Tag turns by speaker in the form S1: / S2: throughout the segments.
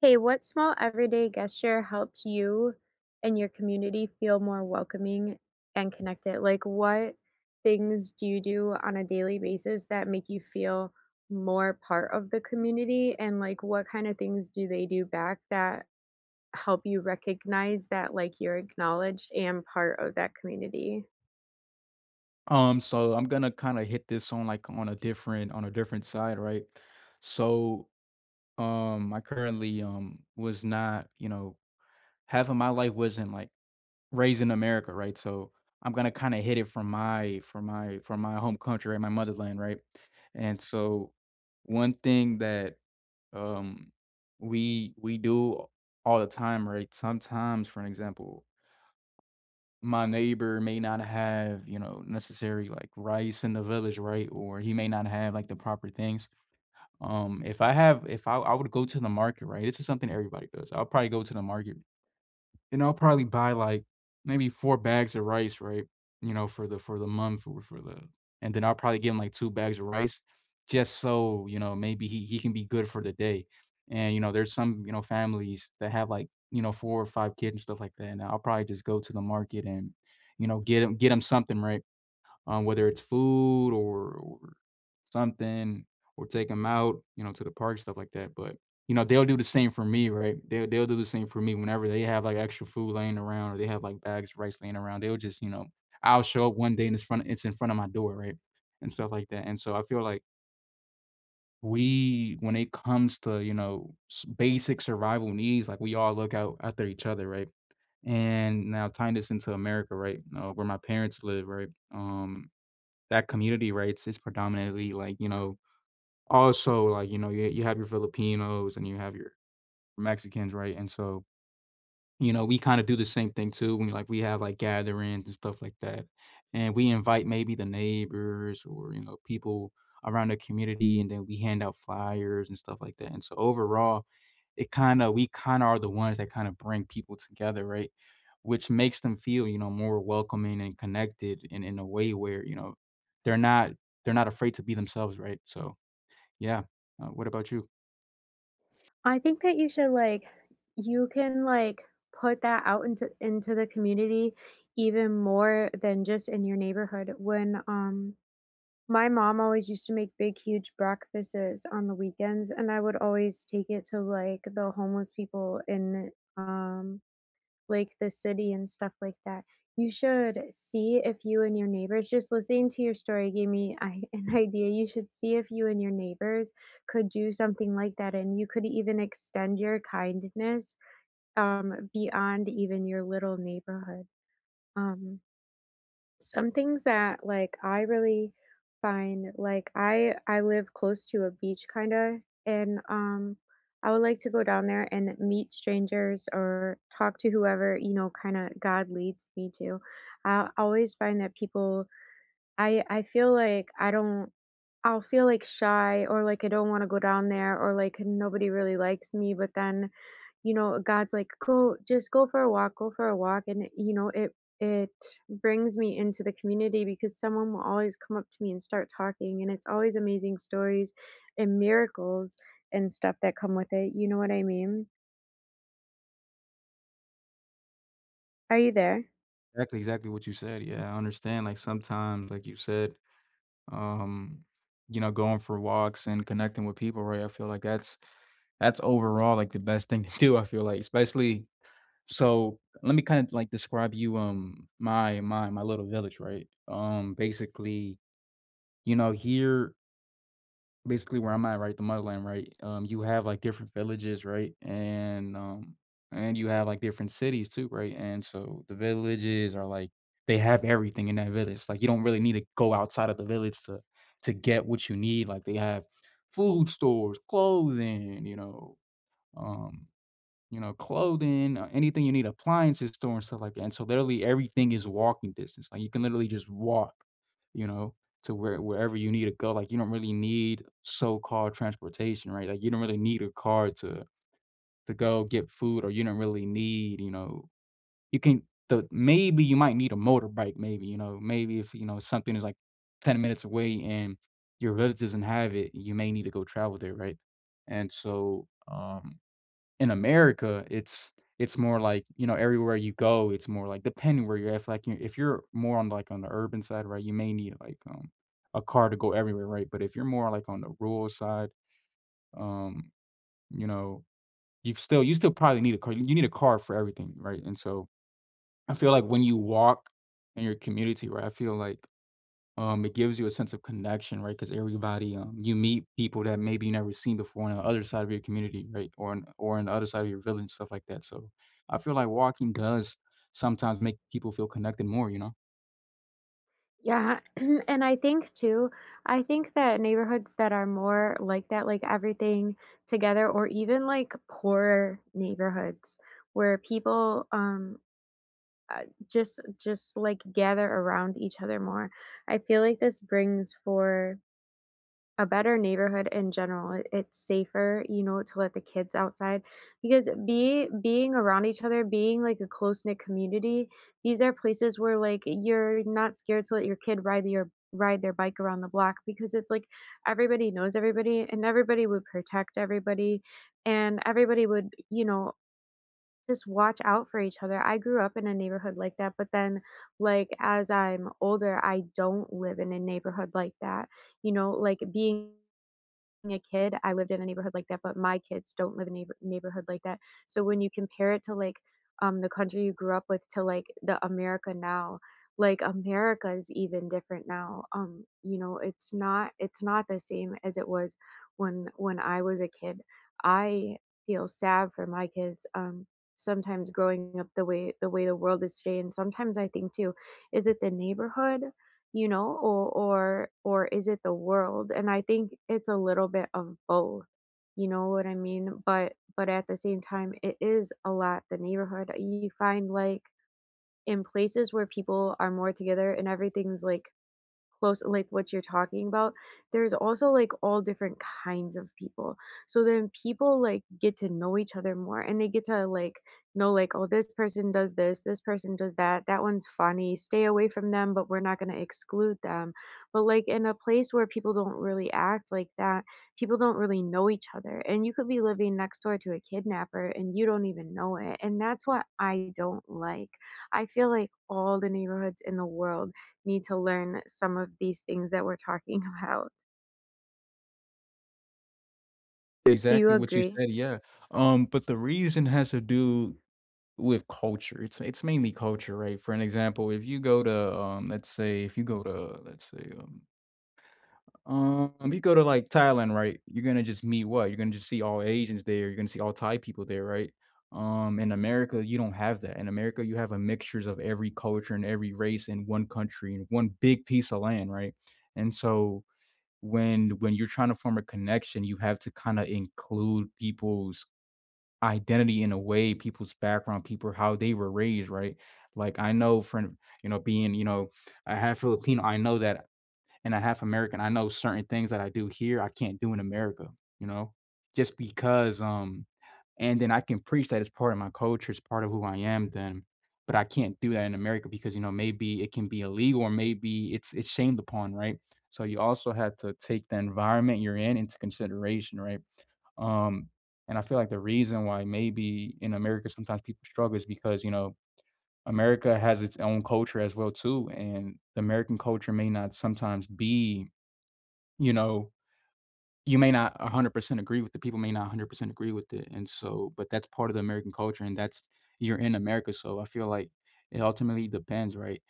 S1: Hey, what small everyday gesture helps you and your community feel more welcoming and connected? Like, what things do you do on a daily basis that make you feel more part of the community? And, like, what kind of things do they do back that help you recognize that, like, you're acknowledged and part of that community?
S2: So I'm gonna kind of hit this on like on a different side, right? So, I currently was not, you know, half of my life wasn't like raised in America, right? So I'm gonna kind of hit it from my home country, right? My motherland, right? And so one thing that um we do all the time, right? Sometimes, for an example, my neighbor may not have, you know, necessary like rice in the village, right? Or he may not have like the proper things. If I have, if I, I would go to the market, right? This is something everybody does. I'll probably go to the market and I'll probably buy, like, maybe 4 bags of rice, right, you know, for the month or for the and then I'll probably give him, like, 2 bags of rice just so, you know, maybe he can be good for the day. And, you know, there's some, you know, families that have, like, you know, 4 or 5 kids and stuff like that, and I'll probably just go to the market and, you know, get him something, right? Whether it's food, or something, or take them out, you know, to the park, stuff like that. But you know, they'll do the same for me, right? They'll do the same for me whenever they have like extra food laying around, or they have like bags of rice laying around. They'll just, you know, I'll show up one day and it's in front of my door, right, and stuff like that. And so I feel like we, when it comes to you know basic survival needs, like we all look out after each other, right? And now tying this into America, right? Where my parents live, right? Um, that community, right, it's predominantly like, you know also, like, you know, you have your Filipinos and you have your Mexicans, right? And so you know, we kinda do the same thing too when, like, we have, like, gatherings and stuff like that, and we invite maybe the neighbors or, you know, people around the community, and then we hand out flyers and stuff like that, and so overall, it kinda we kinda are the ones that kinda bring people together, right? Which makes them feel, you know, more welcoming and connected and in a way where, you know, they're not they're not afraid to be themselves, right? So, yeah. What about you?
S1: I think that you should, like, you can, like, put that out into the community even more than just in your neighborhood. When my mom always used to make big, huge breakfasts on the weekends, and I would always take it to, like, the homeless people in, um like, the city and stuff like that. You should see if you and your neighbors just listening to your story gave me I an idea. You should see if you and your neighbors could do something like that, and you could even extend your kindness, beyond even your little neighborhood, um some things that, like, I really find like, I live close to a beach kinda, and, I would like to go down there and meet strangers or talk to whoever, you know, kinda God leads me to. I always find that people I feel like I don't I'll feel, like, shy or, like, I don't wanna go down there or, like, nobody really likes me, but then you know, God's like, "Go, just go for a walk, go for a walk." And, you know, it brings me into the community because someone will always come up to me and start talking, and it's always amazing stories and miracles and stuff that come with it. You know what I mean? Are you there?
S2: Exactly, exactly what you said, yeah, I understand, like, sometimes, like you said um, you know, going for walks and connecting with people, right? I feel like that's overall like the best thing to do. I feel like, especially so. Let me kind of like describe you my little village, right? Basically, you know, here basically where I'm at, right, the motherland, right, you have, like, different villages, right, and you have, like, different cities too, right, and so the villages are, like they have everything in that village, like, you don't really need to go outside of the village to get what you need, like, they have food stores, clothing, um you know, clothing, anything you need, appliances store and stuff like that, and so literally everything is walking distance, like, you can literally just walk, you know, to where wherever you need to go, like, you don't really need so-called transportation, right? Like, you don't really need a car to go get food, or you don't really need, you know you can the maybe you might need a motorbike, maybe, you know, maybe if, you know, something is, like, 10 minutes away and your relatives doesn't have it, you may need to go travel there, right? And so, in America, it's more like, you know, everywhere you go, it's more like depending where you're at, if, like, you if you're more on, like, on the urban side, right, you may need, like, a car to go everywhere, right? But if you're more, like, on the rural side, um, you know, you still probably need a car. You need a car for everything, right? And so I feel like when you walk in your community, right, I feel like it gives you a sense of connection, right? Because everybody, you meet people that maybe you never seen before on the other side of your community, right? Or on the other side of your village, stuff like that. So I feel like walking does sometimes make people feel connected more, you know?
S1: Yeah. And I think too, I think that neighborhoods that are more like that, like everything together, or even like poorer neighborhoods where people uh, just like gather around each other more. I feel like this brings for a better neighborhood in general. It's safer, you know, to let the kids outside because be being around each other, being like a close knit community, these are places where like you're not scared to let your kid ride their bike around the block because it's like everybody knows everybody and everybody would protect everybody and everybody would, you know, just watch out for each other. I grew up in a neighborhood like that, but then, like, as I'm older, I don't live in a neighborhood like that, you know, like, being a kid, I lived in a neighborhood like that, but my kids don't live in a neighborhood like that. So when you compare it to, like, the country you grew up with to like the America now, like America is even different now. You know, it's not the same as it was when I was a kid. I feel sad for my kids. Um, sometimes growing up the way the world is today, and sometimes I think too, is it the neighborhood, you know, or is it the world? And I think it's a little bit of both. You know what I mean? But at the same time, it is a lot the neighborhood. You find like in places where people are more together and everything's like close like what you're talking about, there's also like all different kinds of people. So then people like get to know each other more and they get to like know like, oh, this person does this, this person does that, that one's funny, stay away from them, but we're not gonna exclude them. But like in a place where people don't really act like that, people don't really know each other. And you could be living next door to a kidnapper and you don't even know it. And that's what I don't like. I feel like all the neighborhoods in the world need to learn some of these things that we're talking about. Do you
S2: Exactly what you
S1: agree?
S2: said, yeah. But the reason has to do with culture. It's mainly culture, right? For an example, if you go to let's say if you go to let's say you go to, like, Thailand, right? You're gonna just meet what? You're gonna just see all Asians there, you're gonna see all Thai people there, right? In America, you don't have that. In America, you have a mixtures of every culture and every race in one country, and one big piece of land, right? And so when you're trying to form a connection, you have to kinda include people's identity in a way, people's background, people how they were raised, right? Like, I know from, you know, being, you know, a half Filipino, I know that and I half and a half American, I know certain things that I do here, I can't do in America, you know, just because, and then I can preach that it's part of my culture, it's part of who I am then, but I can't do that in America because, you know, maybe it can be illegal or maybe it's shamed upon, right? So you also have to take the environment you're in into consideration, right? Um, and I feel like the reason why maybe in America sometimes people struggle is because, you know, America has its own culture as well too, and the American culture may not sometimes be you know, you may not 100% agree with the people may not 100% agree with it, and so but that's part of the American culture, and that's you're in America, so I feel like it ultimately depends, right,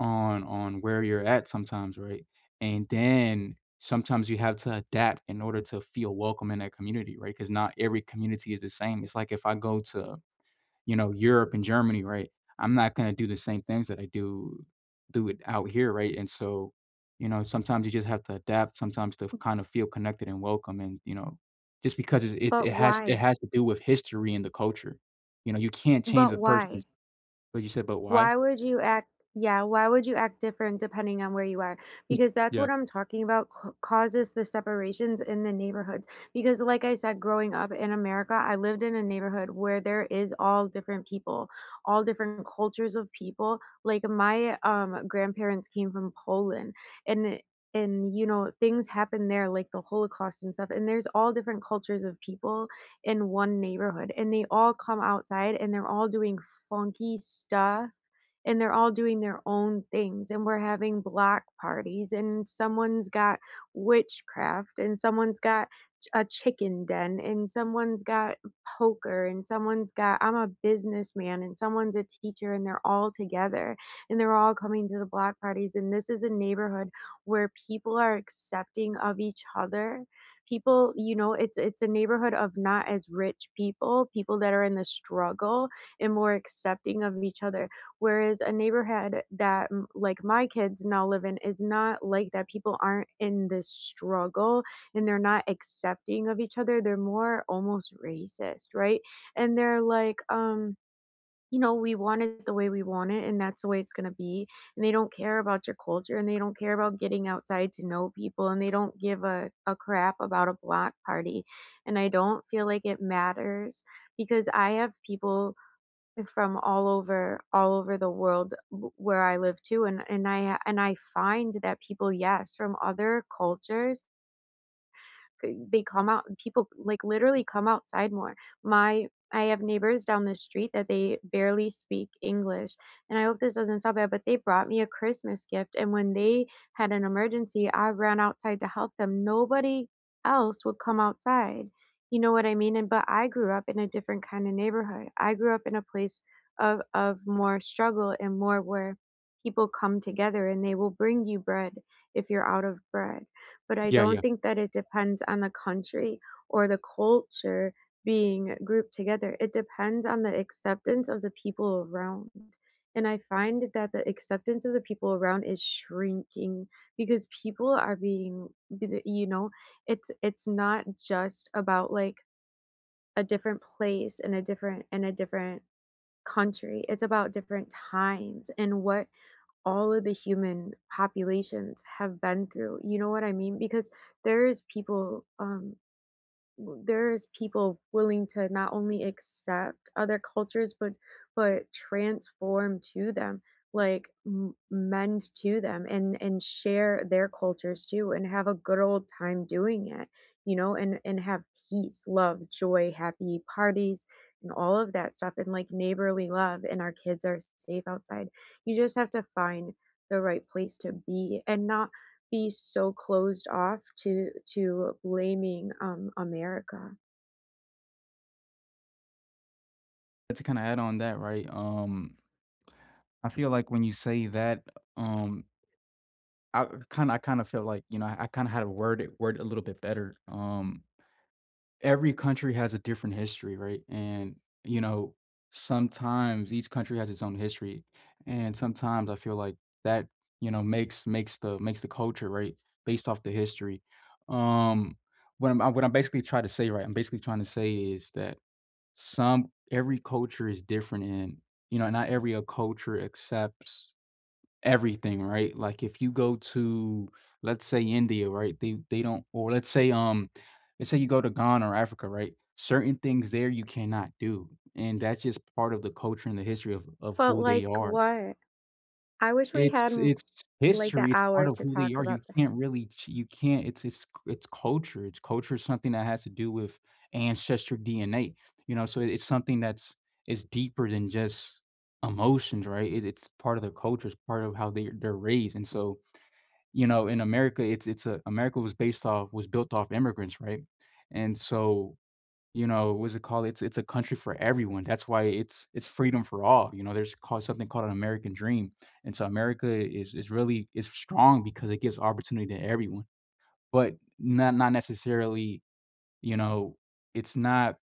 S2: on where you're at sometimes, right? And then sometimes you have to adapt in order to feel welcome in that community, right? Because not every community is the same. It's like if I go to you know, Europe and Germany, right? I'm not gonna do the same things that I do it out here, right? And so, you know, sometimes you just have to adapt, sometimes to kind of feel connected and welcome, and you know, just because it's
S1: But
S2: it has
S1: why?
S2: to do with history and the culture. You know, you can't change
S1: But
S2: the person.
S1: why?
S2: But you said, but why?
S1: Why would you act, yeah, why would you act different depending on where you are?
S2: Y-
S1: Because that's
S2: Yeah,
S1: what I'm talking about c causes the separations in the neighborhoods, because like I said, growing up in America, I lived in a neighborhood where there is all different people, all different cultures of people. Like, my, grandparents came from Poland, and and, you know, things happened there, like the Holocaust and stuff, and there's all different cultures of people in one neighborhood, and they all come outside, and they're all doing funky stuff, and they're all doing their own things, and we're having block parties, and someone's got witchcraft, and someone's got a chicken den, and someone's got poker, and someone's got I'm a businessman, and someone's a teacher, and they're all together, and they're all coming to the block parties, and this is a neighborhood where people are accepting of each other, people, you know, it's a neighborhood of not as rich people, people that are in the struggle and more accepting of each other. Whereas a neighborhood that, like my kids now live in, is not like that. People aren't in this struggle, and they're not accepting of each other. They're more almost racist, right? And they're like, you know, we want it the way we want it, and that's the way it's going to be. And they don't care about your culture, and they don't care about getting outside to know people, and they don't give a crap about a block party. And I don't feel like it matters because I have people from all over the world where I live too, and I find that people, yes, from other cultures, they come out, people, like, literally come outside more. My I have neighbors down the street that they barely speak English, and I hope this doesn't sound bad, but they brought me a Christmas gift, and when they had an emergency, I ran outside to help them. Nobody else would come outside, you know what I mean? And but I grew up in a different kinda neighborhood. I grew up in a place of more struggle and more where people come together, and they will bring you bread if you're out of bread. But I
S2: yeah,
S1: don't
S2: yeah.
S1: think that it depends on the country or the culture being grouped together. It depends on the acceptance of the people around. And I find that the acceptance of the people around is shrinking because people are being, you know, it's not just about like a different place and a different country. It's about different times and what all of the human populations have been through. You know what I mean? Because there is people, there's people willing to not only accept other cultures but transform to them, like, mend to them, and share their cultures too, and have a good old time doing it, you know, and have peace, love, joy, happy parties, and all of that stuff, and like neighborly love, and our kids are safe outside. You just have to find the right place to be and not be so closed off to blaming, America.
S2: To kind of add on that, right? I feel like when you say that, um, I kind of feel like you know I kind of had to word it a little bit better. Every country has a different history, right? And, you know, sometimes each country has its own history. And sometimes I feel like that, you know, makes the culture, right? Based off the history. Um what I'm basically trying to say, right? I'm basically trying to say is that some every culture is different and you know, not every culture accepts everything, right? Like, if you go to, let's say, India, right? They don't or let's say you go to Ghana or Africa, right? Certain things there you cannot do, and that's just part of the culture and the history of
S1: But,
S2: who they
S1: like,
S2: are.
S1: what? I wish we had,
S2: It's
S1: m
S2: it's
S1: like, an
S2: history, it's part
S1: hour
S2: of
S1: to
S2: who they
S1: talk
S2: are, you
S1: about this.
S2: can't really ch you can't it's culture, it's culture is something that has to do with ancestor DNA, you know, so it's something that's it's deeper than just emotions, right? It's part of their culture, it's part of how they they're raised, and so, you know, in America, it's a America was based off was built off immigrants, right? And so you know, what's it called? It's a country for everyone. That's why it's freedom for all. You know, there's called something called an American dream. And so America is really is strong because it gives opportunity to everyone, but not necessarily, you know, it's not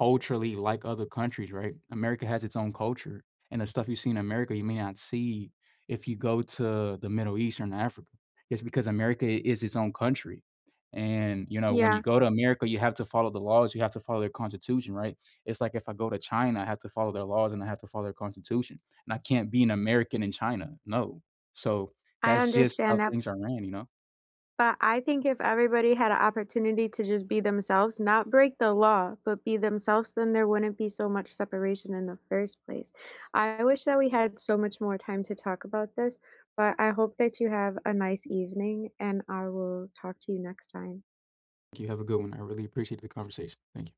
S2: culturally like other countries, right? America has its own culture, and the stuff you see in America, you may not see if you go to the Middle East or in Africa. It's because America is its own country. And, you know, when you
S1: Yeah,
S2: go to America, you have to follow the laws, you have to follow their constitution, right? It's like if I go to China, I have to follow their laws and I have to follow their constitution. And I can't be an American in China. No. So
S1: I
S2: that's just how
S1: understand that,
S2: things are ran, you know?
S1: but I think if everybody had an opportunity to just be themselves, not break the law, but be themselves, then there wouldn't be so much separation in the first place. I wish that we had so much more time to talk about this, but I hope that you have a nice evening, and I will talk to you next time.
S2: You have a good one. I really appreciate the conversation. Thank you.